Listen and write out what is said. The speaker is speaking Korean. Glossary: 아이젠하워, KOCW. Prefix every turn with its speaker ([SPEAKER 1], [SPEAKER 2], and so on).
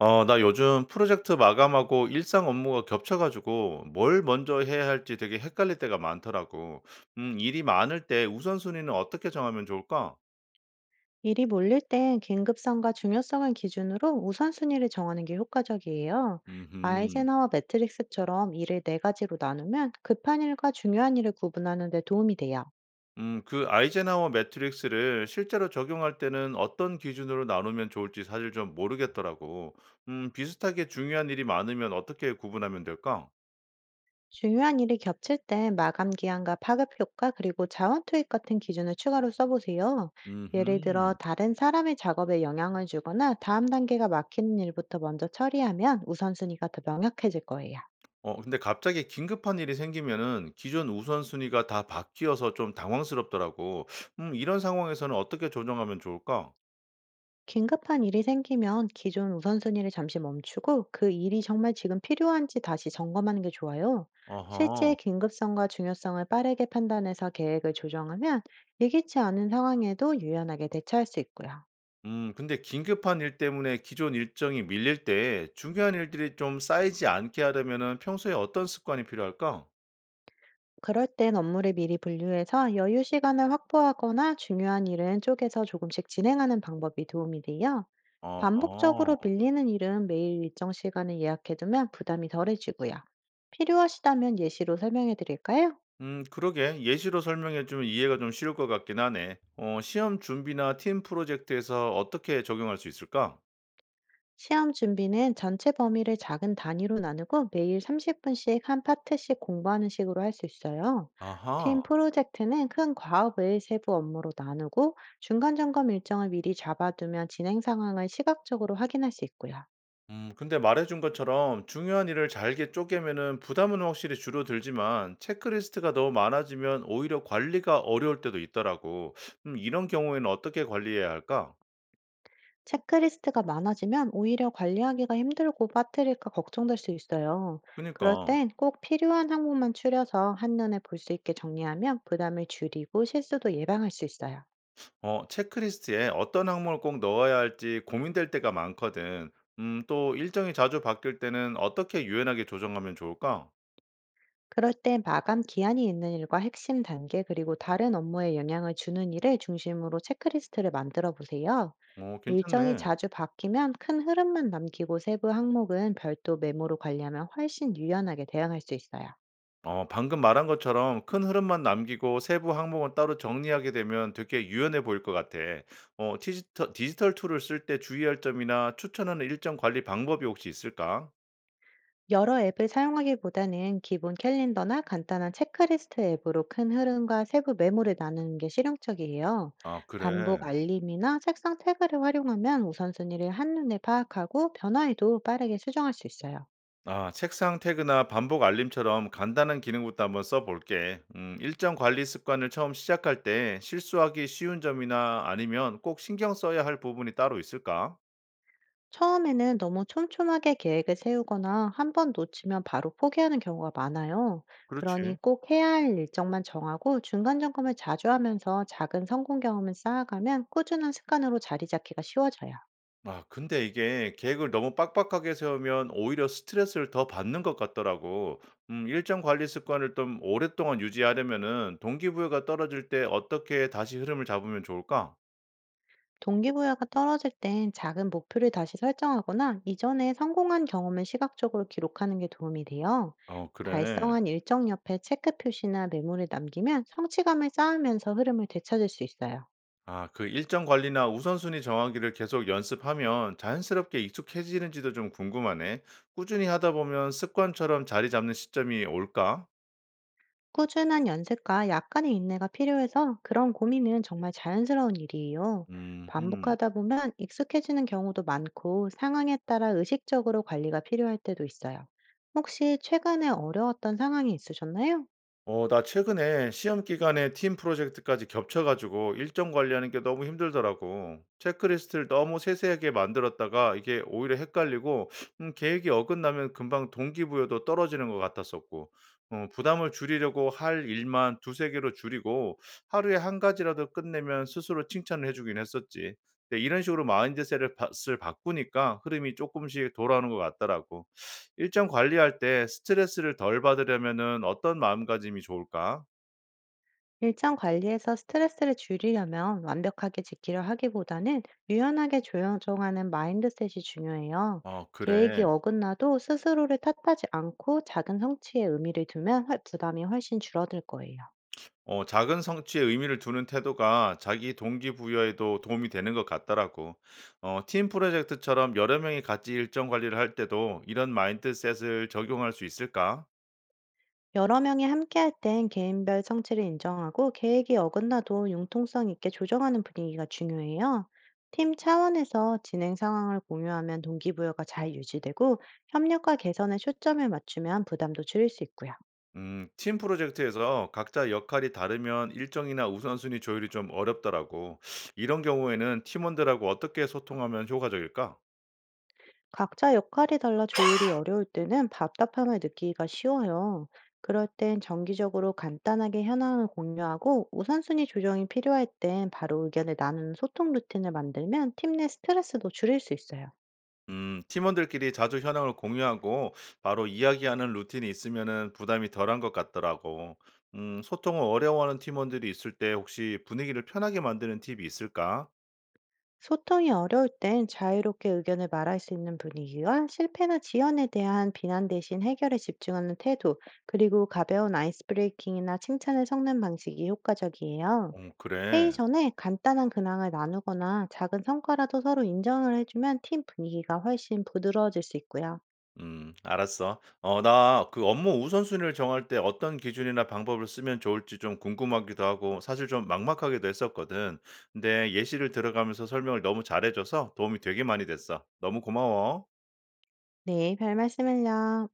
[SPEAKER 1] 어, 나 요즘 프로젝트 마감하고 일상 업무가 겹쳐 가지고 뭘 먼저 해야 할지 되게 헷갈릴 때가 많더라고. 일이 많을 때 우선순위는 어떻게 정하면 좋을까?
[SPEAKER 2] 일이 몰릴 땐 긴급성과 중요성을 기준으로 우선순위를 정하는 게 효과적이에요.
[SPEAKER 1] 음,
[SPEAKER 2] 아이젠하워 매트릭스처럼 일을 네 가지로 나누면 급한 일과 중요한 일을 구분하는 데 도움이 돼요.
[SPEAKER 1] 그 아이젠하워 매트릭스를 실제로 적용할 때는 어떤 기준으로 나누면 좋을지 사실 좀 모르겠더라고. 비슷하게 중요한 일이 많으면 어떻게 구분하면 될까?
[SPEAKER 2] 중요한 일이 겹칠 땐 마감 기한과 파급 효과 그리고 자원 투입 같은 기준을 추가로 써보세요. 예를 들어
[SPEAKER 1] 음,
[SPEAKER 2] 다른 사람의 작업에 영향을 주거나 다음 단계가 막히는 일부터 먼저 처리하면 우선순위가 더 명확해질 거예요.
[SPEAKER 1] 어 근데 갑자기 긴급한 일이 생기면은 기존 우선순위가 다 바뀌어서 좀 당황스럽더라고. 이런 상황에서는 어떻게 조정하면 좋을까?
[SPEAKER 2] 긴급한 일이 생기면 기존 우선순위를 잠시 멈추고 그 일이 정말 지금 필요한지 다시 점검하는 게 좋아요. 실제
[SPEAKER 1] 아하.
[SPEAKER 2] 긴급성과 중요성을 빠르게 판단해서 계획을 조정하면 예기치 않은 상황에도 유연하게 대처할 수 있고요.
[SPEAKER 1] 근데 긴급한 일 때문에 기존 일정이 밀릴 때 중요한 일들이 좀 쌓이지 않게 하려면은 평소에 어떤 습관이 필요할까?
[SPEAKER 2] 그럴 땐 업무를 미리 분류해서 여유 시간을 확보하거나 중요한 일은 쪼개서 조금씩 진행하는 방법이 도움이 돼요.
[SPEAKER 1] 아하.
[SPEAKER 2] 반복적으로 밀리는 일은 매일 일정 시간을 예약해두면 부담이 덜해지고요. 필요하시다면 예시로 설명해 드릴까요?
[SPEAKER 1] 그러게. 예시로 설명해 주면 이해가 좀 쉬울 것 같긴 하네. 어 시험 준비나 팀 프로젝트에서 어떻게 적용할 수 있을까?
[SPEAKER 2] 시험 준비는 전체 범위를 작은 단위로 나누고 매일 30분씩 한 파트씩 공부하는 식으로 할 수 있어요. 팀
[SPEAKER 1] 아하.
[SPEAKER 2] 프로젝트는 큰 과업을 세부 업무로 나누고 중간 점검 일정을 미리 잡아두면 진행 상황을 시각적으로 확인할 수 있고요.
[SPEAKER 1] 근데 말해준 것처럼 중요한 일을 잘게 쪼개면은 부담은 확실히 줄어들지만 체크리스트가 너무 많아지면 오히려 관리가 어려울 때도 있더라고. 이런 경우에는 어떻게 관리해야 할까?
[SPEAKER 2] 체크리스트가 많아지면 오히려 관리하기가 힘들고 빠뜨릴까 걱정될 수 있어요. 그럴
[SPEAKER 1] 그니까.
[SPEAKER 2] 땐 꼭 필요한 항목만 추려서 한눈에 볼 수 있게 정리하면 부담을 줄이고 실수도 예방할 수 있어요.
[SPEAKER 1] 어 체크리스트에 어떤 항목을 꼭 넣어야 할지 고민될 때가 많거든. 또 일정이 자주 바뀔 때는 어떻게 유연하게 조정하면 좋을까?
[SPEAKER 2] 그럴 땐 마감 기한이 있는 일과 핵심 단계 그리고 다른 업무에 영향을 주는 일을 중심으로 체크리스트를 만들어 보세요.
[SPEAKER 1] 어
[SPEAKER 2] 일정이
[SPEAKER 1] 괜찮네.
[SPEAKER 2] 자주 바뀌면 큰 흐름만 남기고 세부 항목은 별도 메모로 관리하면 훨씬 유연하게 대응할 수 있어요.
[SPEAKER 1] 어 방금 말한 것처럼 큰 흐름만 남기고 세부 항목은 따로 정리하게 되면 되게 유연해 보일 것 같아. 어 디지털 툴을 쓸 때 주의할 점이나 추천하는 일정 관리 방법이 혹시 있을까?
[SPEAKER 2] 여러 앱을 사용하기보다는 기본 캘린더나 간단한 체크리스트 앱으로 큰 흐름과 세부 메모를 나누는 게 실용적이에요.
[SPEAKER 1] 아 그래.
[SPEAKER 2] 반복 알림이나 색상 태그를 활용하면 우선순위를 한눈에 파악하고 변화에도 빠르게 수정할 수 있어요.
[SPEAKER 1] 아 책상 태그나 반복 알림처럼 간단한 기능부터 한번 써 볼게. 일정 관리 습관을 처음 시작할 때 실수하기 쉬운 점이나 아니면 꼭 신경 써야 할 부분이 따로 있을까?
[SPEAKER 2] 처음에는 너무 촘촘하게 계획을 세우거나 한 번 놓치면 바로 포기하는 경우가 많아요. 그러니
[SPEAKER 1] 그렇지.
[SPEAKER 2] 꼭 해야 할 일정만 정하고 중간 점검을 자주 하면서 작은 성공 경험을 쌓아가면 꾸준한 습관으로 자리 잡기가 쉬워져요.
[SPEAKER 1] 아 근데 이게 계획을 너무 빡빡하게 세우면 오히려 스트레스를 더 받는 것 같더라고. 일정 관리 습관을 좀 오랫동안 유지하려면은 동기부여가 떨어질 때 어떻게 다시 흐름을 잡으면 좋을까?
[SPEAKER 2] 동기부여가 떨어질 땐 작은 목표를 다시 설정하거나 이전에 성공한 경험을 시각적으로 기록하는 게 도움이 돼요.
[SPEAKER 1] 어 그래.
[SPEAKER 2] 달성한 일정 옆에 체크 표시나 메모를 남기면 성취감을 쌓으면서 흐름을 되찾을 수 있어요.
[SPEAKER 1] 아 그 일정 관리나 우선순위 정하기를 계속 연습하면 자연스럽게 익숙해지는지도 좀 궁금하네. 꾸준히 하다 보면 습관처럼 자리 잡는 시점이 올까?
[SPEAKER 2] 꾸준한 연습과 약간의 인내가 필요해서 그런 고민은 정말 자연스러운 일이에요.
[SPEAKER 1] 음
[SPEAKER 2] 반복하다 보면 익숙해지는 경우도 많고 상황에 따라 의식적으로 관리가 필요할 때도 있어요. 혹시 최근에 어려웠던 상황이 있으셨나요?
[SPEAKER 1] 어, 나 최근에 시험 기간에 팀 프로젝트까지 겹쳐가지고 일정 관리하는 게 너무 힘들더라고. 체크리스트를 너무 세세하게 만들었다가 이게 오히려 헷갈리고, 계획이 어긋나면 금방 동기부여도 떨어지는 것 같았었고, 어, 부담을 줄이려고 할 일만 두세 개로 줄이고, 하루에 한 가지라도 끝내면 스스로 칭찬을 해주긴 했었지. 근데 이런 식으로 마인드셋을 바, 을 바꾸니까 흐름이 조금씩 돌아오는 것 같더라고. 일정 관리할 때 스트레스를 덜 받으려면은 어떤 마음가짐이 좋을까?
[SPEAKER 2] 일정 관리에서 스트레스를 줄이려면 완벽하게 지키려 하기보다는 유연하게 조정하는 마인드셋이 중요해요.
[SPEAKER 1] 어
[SPEAKER 2] 계획이
[SPEAKER 1] 그래.
[SPEAKER 2] 어긋나도 스스로를 탓하지 않고 작은 성취에 의미를 두면 부담이 훨씬 줄어들 거예요.
[SPEAKER 1] 어 작은 성취에 의미를 두는 태도가 자기 동기부여에도 도움이 되는 것 같더라고. 어 팀 프로젝트처럼 여러 명이 같이 일정 관리를 할 때도 이런 마인드셋을 적용할 수 있을까?
[SPEAKER 2] 여러 명이 함께할 땐 개인별 성취를 인정하고 계획이 어긋나도 융통성 있게 조정하는 분위기가 중요해요. 팀 차원에서 진행 상황을 공유하면 동기부여가 잘 유지되고 협력과 개선에 초점을 맞추면 부담도 줄일 수 있고요.
[SPEAKER 1] 팀 프로젝트에서 각자 역할이 다르면 일정이나 우선순위 조율이 좀 어렵더라고. 이런 경우에는 팀원들하고 어떻게 소통하면 효과적일까?
[SPEAKER 2] 각자 역할이 달라 조율이 어려울 때는 답답함을 느끼기가 쉬워요. 그럴 땐 정기적으로 간단하게 현황을 공유하고 우선순위 조정이 필요할 땐 바로 의견을 나누는 소통 루틴을 만들면 팀 내 스트레스도 줄일 수 있어요.
[SPEAKER 1] 팀원들끼리 자주 현황을 공유하고 바로 이야기하는 루틴이 있으면은 부담이 덜한 것 같더라고. 소통을 어려워하는 팀원들이 있을 때 혹시 분위기를 편하게 만드는 팁이 있을까?
[SPEAKER 2] 소통이 어려울 땐 자유롭게 의견을 말할 수 있는 분위기와 실패나 지연에 대한 비난 대신 해결에 집중하는 태도, 그리고 가벼운 아이스 브레이킹이나 칭찬을 섞는 방식이 효과적이에요.
[SPEAKER 1] 어,
[SPEAKER 2] 회의
[SPEAKER 1] 그래.
[SPEAKER 2] 전에 간단한 근황을 나누거나 작은 성과라도 서로 인정을 해주면 팀 분위기가 훨씬 부드러워질 수 있고요.
[SPEAKER 1] 알았어. 어, 나 그 업무 우선순위를 정할 때 어떤 기준이나 방법을 쓰면 좋을지 좀 궁금하기도 하고 사실 좀 막막하기도 했었거든. 근데 예시를 들어가면서 설명을 너무 잘해줘서 도움이 되게 많이 됐어. 너무 고마워.
[SPEAKER 2] 네, 별 말씀을요.